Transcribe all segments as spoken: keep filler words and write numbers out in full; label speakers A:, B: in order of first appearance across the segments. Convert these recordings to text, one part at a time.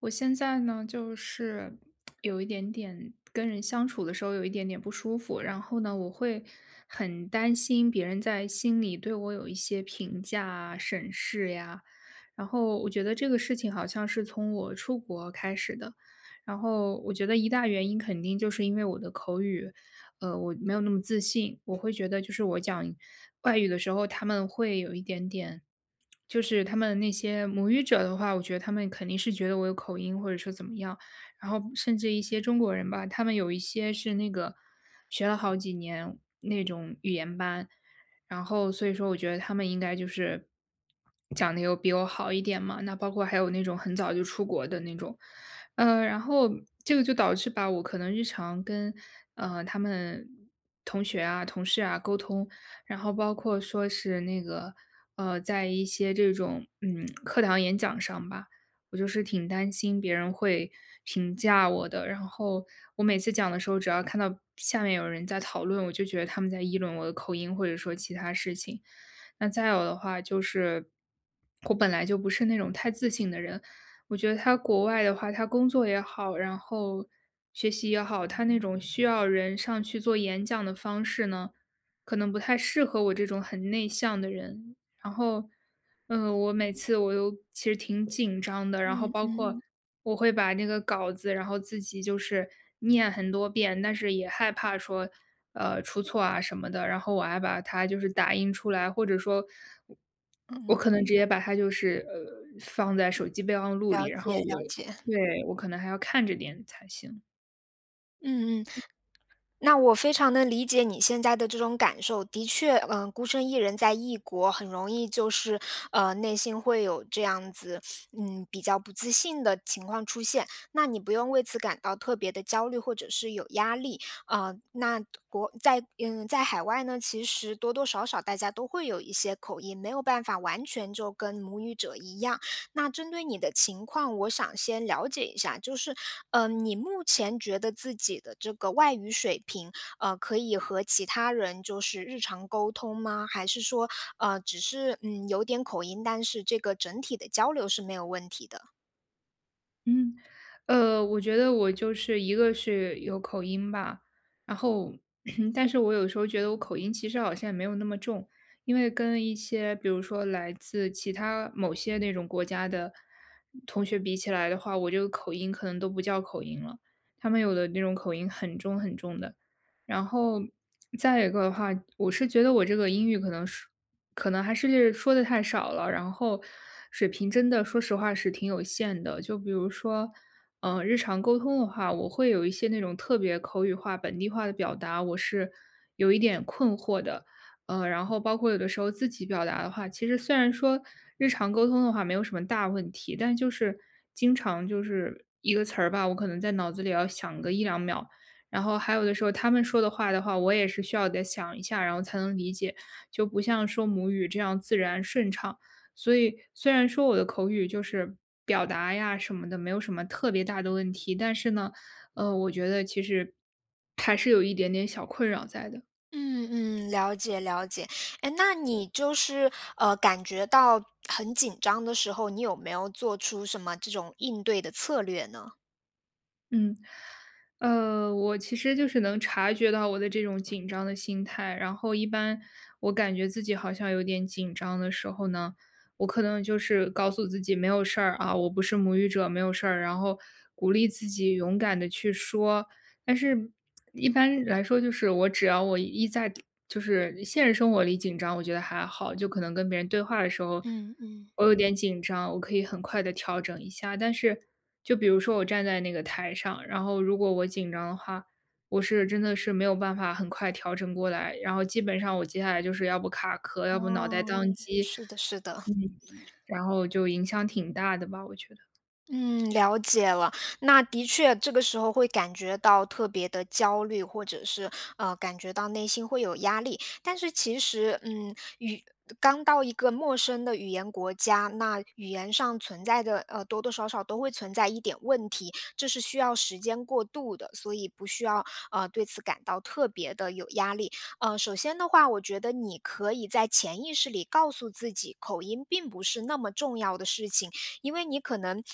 A: 我现在呢，就是有一点点跟人相处的时候有一点点不舒服，然后呢，我会很担心别人在心里对我有一些评价啊、审视呀。然后我觉得这个事情好像是从我出国开始的，然后我觉得一大原因肯定就是因为我的口语，呃，我没有那么自信，我会觉得就是我讲外语的时候，他们会有一点点。就是他们那些母语者的话，我觉得他们肯定是觉得我有口音，或者说怎么样。然后甚至一些中国人吧，他们有一些是那个学了好几年那种语言班，然后所以说我觉得他们应该就是讲的有比我好一点嘛。那包括还有那种很早就出国的那种，呃，然后这个就导致吧，我可能日常跟呃他们同学啊、同事啊沟通。然后包括说是那个，呃，在一些这种，嗯，课堂演讲上吧，我就是挺担心别人会评价我的。然后我每次讲的时候，只要看到下面有人在讨论，我就觉得他们在议论我的口音，或者说其他事情。那再有的话就是，我本来就不是那种太自信的人，我觉得他国外的话，他工作也好，然后学习也好，他那种需要人上去做演讲的方式呢。可能不太适合我这种很内向的人。然后，嗯，我每次我都其实挺紧张的，然后
B: 嗯
A: 包
B: 嗯
A: 括嗯我会把那个稿子，然后自己就是念很多遍，但是也害怕说，呃，出错啊什么的。然后我还把它就是打印出来，或者说，
B: 嗯。
A: 我可能嗯直接把它就是呃放在手机备忘录里，
B: 了
A: 然
B: 解
A: 后我
B: 了
A: 嗯
B: 解。
A: 对我可能还要看着点才行。
B: 嗯嗯，那我非常能理解你现在的这种感受。的确，嗯，孤身一人在异国，很容易就是，呃，内心会有这样子，嗯，比较不自信的情况出现。那你不用为此感到特别的焦虑或者是有压力。啊，那国在嗯，在海外呢，其实多多少少大家都会有一些口音，没有办法完全就跟母语者一样。那针对你的情况，我想先了解一下，就是，呃，你目前觉得自己的这个外语水平，呃，可以和其他人就是日常沟通吗？还是说，呃，只是嗯有点口音，但是这个整体的交流是没有问题的？
A: 嗯，呃，我觉得我就是一个是有口音吧，然后，但是我有时候觉得我口音其实好像也没有那么重，因为跟一些比如说来自其他某些那种国家的同学比起来的话，我这个口音可能都不叫口音了，他们有的那种口音很重很重的，然后再一个的话，我是觉得我这个英语可能是可能还是说的太少了，然后水平真的说实话是挺有限的。就比如说，嗯，日常沟通的话，我会有一些那种特别口语化、本地化的表达，我是有一点困惑的。呃，然后包括有的时候自己表达的话，其实虽然说日常沟通的话没有什么大问题，但就是经常就是一个词儿吧，我可能在脑子里要想个一两秒，然后还有的时候他们说的话的话，我也是需要得想一下，然后才能理解，就不像说母语这样自然顺畅。所以虽然说我的口语就是表达呀什么的没有什么特别大的问题，但是呢，呃，我觉得其实还是有一点点小困扰在的。
B: 嗯嗯，了解了解。哎，那你就是呃感觉到很紧张的时候，你有没有做出什么这种应对的策略呢？
A: 嗯，呃，我其实就是能察觉到我的这种紧张的心态，然后一般我感觉自己好像有点紧张的时候呢，我可能就是告诉自己没有事儿啊，我不是母语者，没有事儿，然后鼓励自己勇敢的去说，但是一般来说，就是我只要我一在就是现实生活里紧张，我觉得还好，就可能跟别人对话的时候，
B: 嗯嗯，
A: 我有点紧张，我可以很快的调整一下。但是就比如说我站在那个台上，然后如果我紧张的话，我是真的是没有办法很快调整过来，然后基本上我接下来就是要不卡壳，要不脑袋
B: 哦，
A: 宕嗯机，
B: 是的，是的。
A: 嗯，然后就影响挺大的吧，我觉得，
B: 嗯，了解了。那的确，这个时候会感觉到特别的焦虑，或者是呃，感觉到内心会有压力。但是其实，嗯，语刚到一个陌生的语言国家，那语言上存在的呃多多少少都会存在一点问题，这是需要时间过渡的，所以不需要呃对此感到特别的有压力。呃，首先的话，我觉得你可以在潜意识里告诉自己，口音并不是那么重要的事情。因为你可能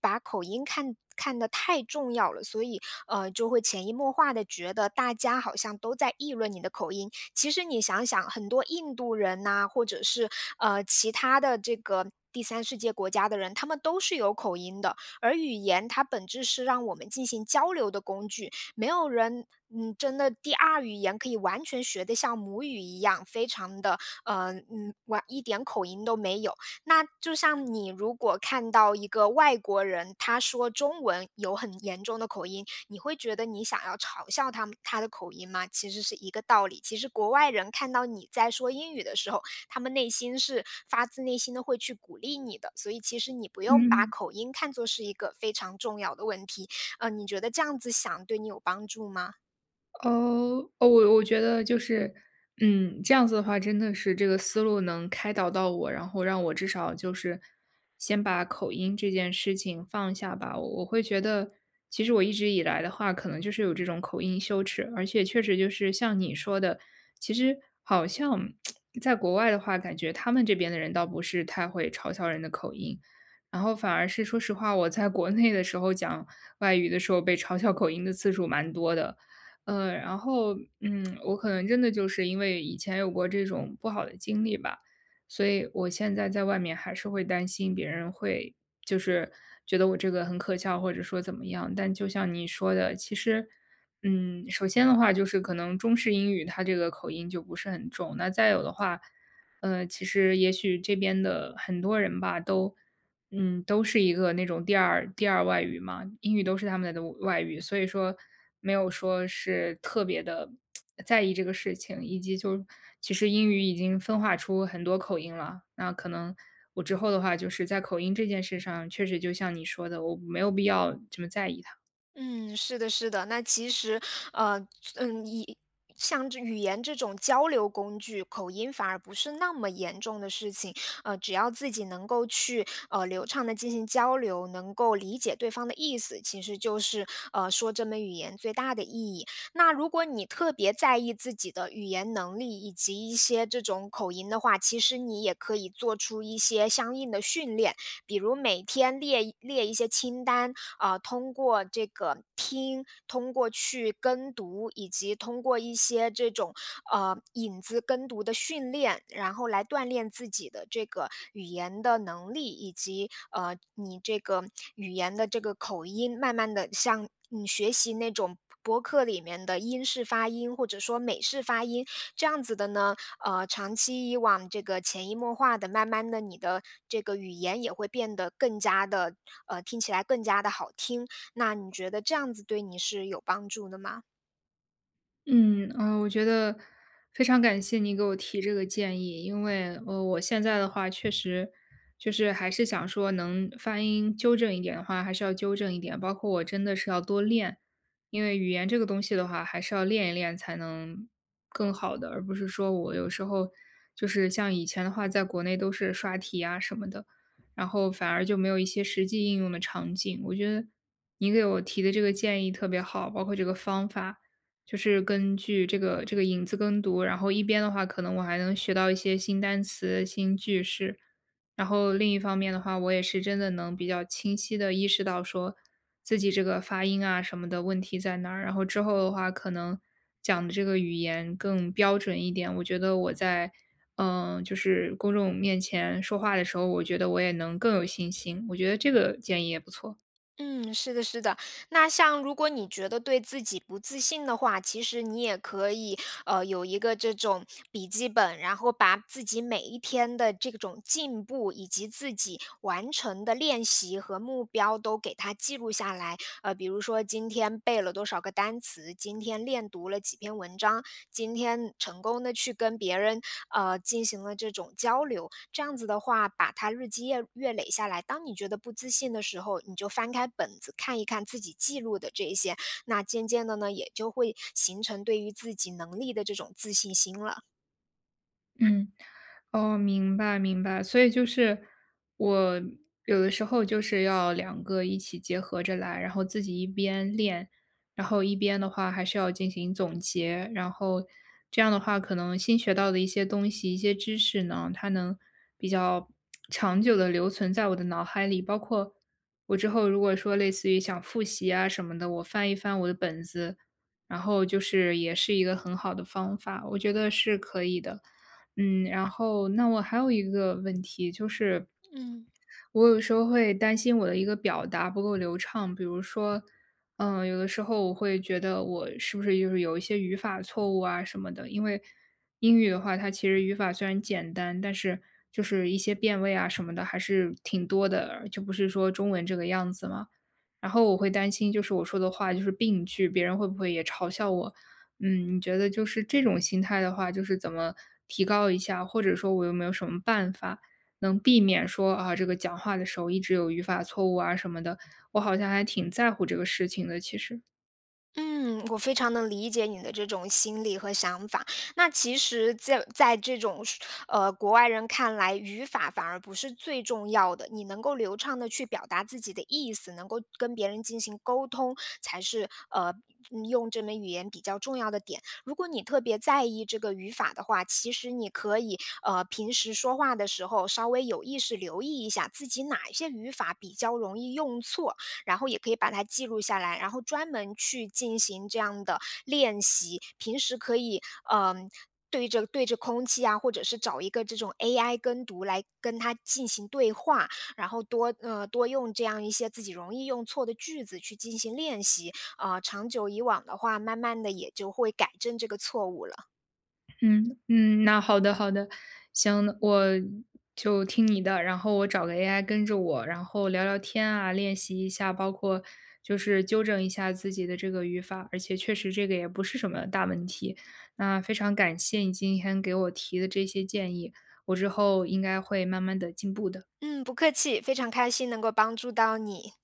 B: 把口音看看得太重要了，所以呃就会潜移默化的觉得大家好像都在议论你的口音。其实你想想，很多印度人呐、或者是呃其他的这个。第三世界国家的人，他们都是有口音的，而语言它本质是让我们进行交流的工具，没有人，嗯，真的第二语言可以完全学得像母语一样，非常的，呃，嗯，完一点口音都没有。那就像你如果看到一个外国人，他说中文有很严重的口音，你会觉得你想要嘲笑他们他的口音吗？其实是一个道理。其实国外人看到你在说英语的时候，他们内心是发自内心的会去鼓励你的，所以其实你不用把
A: 嗯。
B: 口音看作是一个非常重要的问题。呃，你觉得这样子想对你有帮助吗？
A: 哦，哦，我我觉得就是，嗯，这样子的话，真的是这个思路能开导到我，然后让我至少就是先把口音这件事情放下吧。我我会觉得，其实我一直以来的话，可能就是有这种口音羞耻，而且确实就是像你说的，其实好像在国外的话，感觉他们这边的人倒不是太会嘲笑人的口音，然后反而是说实话，我在国内的时候讲外语的时候被嘲笑口音的次数蛮多的。呃，然后，嗯，我可能真的就是因为以前有过这种不好的经历吧，所以我现在在外面还是会担心别人会就是觉得我这个很可笑，或者说怎么样。但就像你说的，其实，嗯，首先的话就是可能中式英语它这个口音就不是很重，那再有的话，呃，其实也许这边的很多人吧都。嗯，都是一个那种第二第二外语嘛，英语都是他们的外语，所以说没有说是特别的在意这个事情，以及就其实英语已经分化出很多口音了，那可能我之后的话，就是在口音这件事上，确实就像你说的，我没有必要这么在意它。
B: 嗯，是的，是的。那其实，呃，嗯，以像这语言这种交流工具，口音反而不是那么严重的事情。呃，只要自己能够去呃流畅的进行交流，能够理解对方的意思，其实就是呃说这门语言最大的意义。那如果你特别在意自己的语言能力以及一些这种口音的话，其实你也可以做出一些相应的训练。比如每天列列一些清单，啊、通过这个听，通过去跟读，以及通过一些这种呃引子跟读的训练，然后来锻炼自己的这个语言的能力，以及呃你这个语言的这个口音，慢慢的像你学习那种。博客里面的英式发音，或者说美式发音，这样子的呢，呃，长期以往这个潜移默化的，慢慢的，你的这个语言也会变得更加的，呃，听起来更加的好听，那你觉得这样子对你是有帮助的吗？
A: 嗯，呃，我觉得非常感谢你给我提这个建议，因为呃，我现在的话确实就是还是想说能发音纠正一点的话，还是要纠正一点，包括我真的是要多练，因为语言这个东西的话，还是要练一练才能更好的，而不是说我有时候就是像以前的话，在国内都是刷题啊什么的，然后反而就没有一些实际应用的场景。我觉得你给我提的这个建议特别好，包括这个方法。就是根据这个这个影子跟读，然后一边的话，可能我还能学到一些新单词、新句式，然后另一方面的话，我也是真的能比较清晰的意识到说自己这个发音啊什么的问题在哪儿，然后之后的话，可能讲的这个语言更标准一点。我觉得我在，嗯、就是公众面前说话的时候，我觉得我也能更有信心。我觉得这个建议也不错。
B: 嗯，是的是的。那像如果你觉得对自己不自信的话，其实你也可以，呃，有一个这种笔记本，然后把自己每一天的这种进步，以及自己完成的练习和目标都给它记录下来。呃，比如说今天背了多少个单词，今天练读了几篇文章，今天成功的去跟别人呃进行了这种交流，这样子的话，把它日积月月累下来。当你觉得不自信的时候，你就翻开本子看一看自己记录的这一些，那渐渐的呢，也就会形成对于自己能力的这种自信心了。
A: 嗯，哦，明白明白。所以就是我有的时候就是要两个一起结合着来，然后自己一边练，然后一边的话还是要进行总结，然后这样的话，可能新学到的一些东西、一些知识呢，它能比较长久的留存在我的脑海里。包括我之后如果说类似于想复习啊什么的，我翻一翻我的本子，然后就是也是一个很好的方法，我觉得是可以的。嗯，然后那我还有一个问题就是，
B: 嗯。
A: 我有时候会担心我的一个表达不够流畅，比如说，嗯，有的时候我会觉得我是不是就是有一些语法错误啊什么的，因为英语的话，它其实语法虽然简单，但是就是一些变位啊什么的还是挺多的，就不是说中文这个样子嘛。然后我会担心，就是我说的话就是病句，别人会不会也嘲笑我？嗯，你觉得就是这种心态的话，就是怎么提高一下？或者说我有没有什么办法能避免说啊，这个讲话的时候一直有语法错误啊什么的，我好像还挺在乎这个事情的，其实。
B: 嗯，我非常能理解你的这种心理和想法。那其实在，在这种呃国外人看来，语法反而不是最重要的。你能够流畅的去表达自己的意思，能够跟别人进行沟通，才是呃嗯用这门语言比较重要的点。如果你特别在意这个语法的话，其实你可以呃平时说话的时候稍微有意识留意一下自己哪一些语法比较容易用错，然后也可以把它记录下来，然后专门去进行这样的练习。平时可以，嗯、呃对着对着空气啊，或者是找一个这种 A I 跟读来跟它进行对话，然后多呃多用这样一些自己容易用错的句子去进行练习，呃，长久以往的话，慢慢的也就会改正这个错误了。
A: 嗯嗯，那好的好的，行，我就听你的，然后我找个 A I 跟着我，然后聊聊天啊，练习一下，包括就是纠正一下自己的这个语法，而且确实这个也不是什么大问题。那非常感谢你今天给我提的这些建议，我之后应该会慢慢的进步的。
B: 嗯，不客气，非常开心能够帮助到你。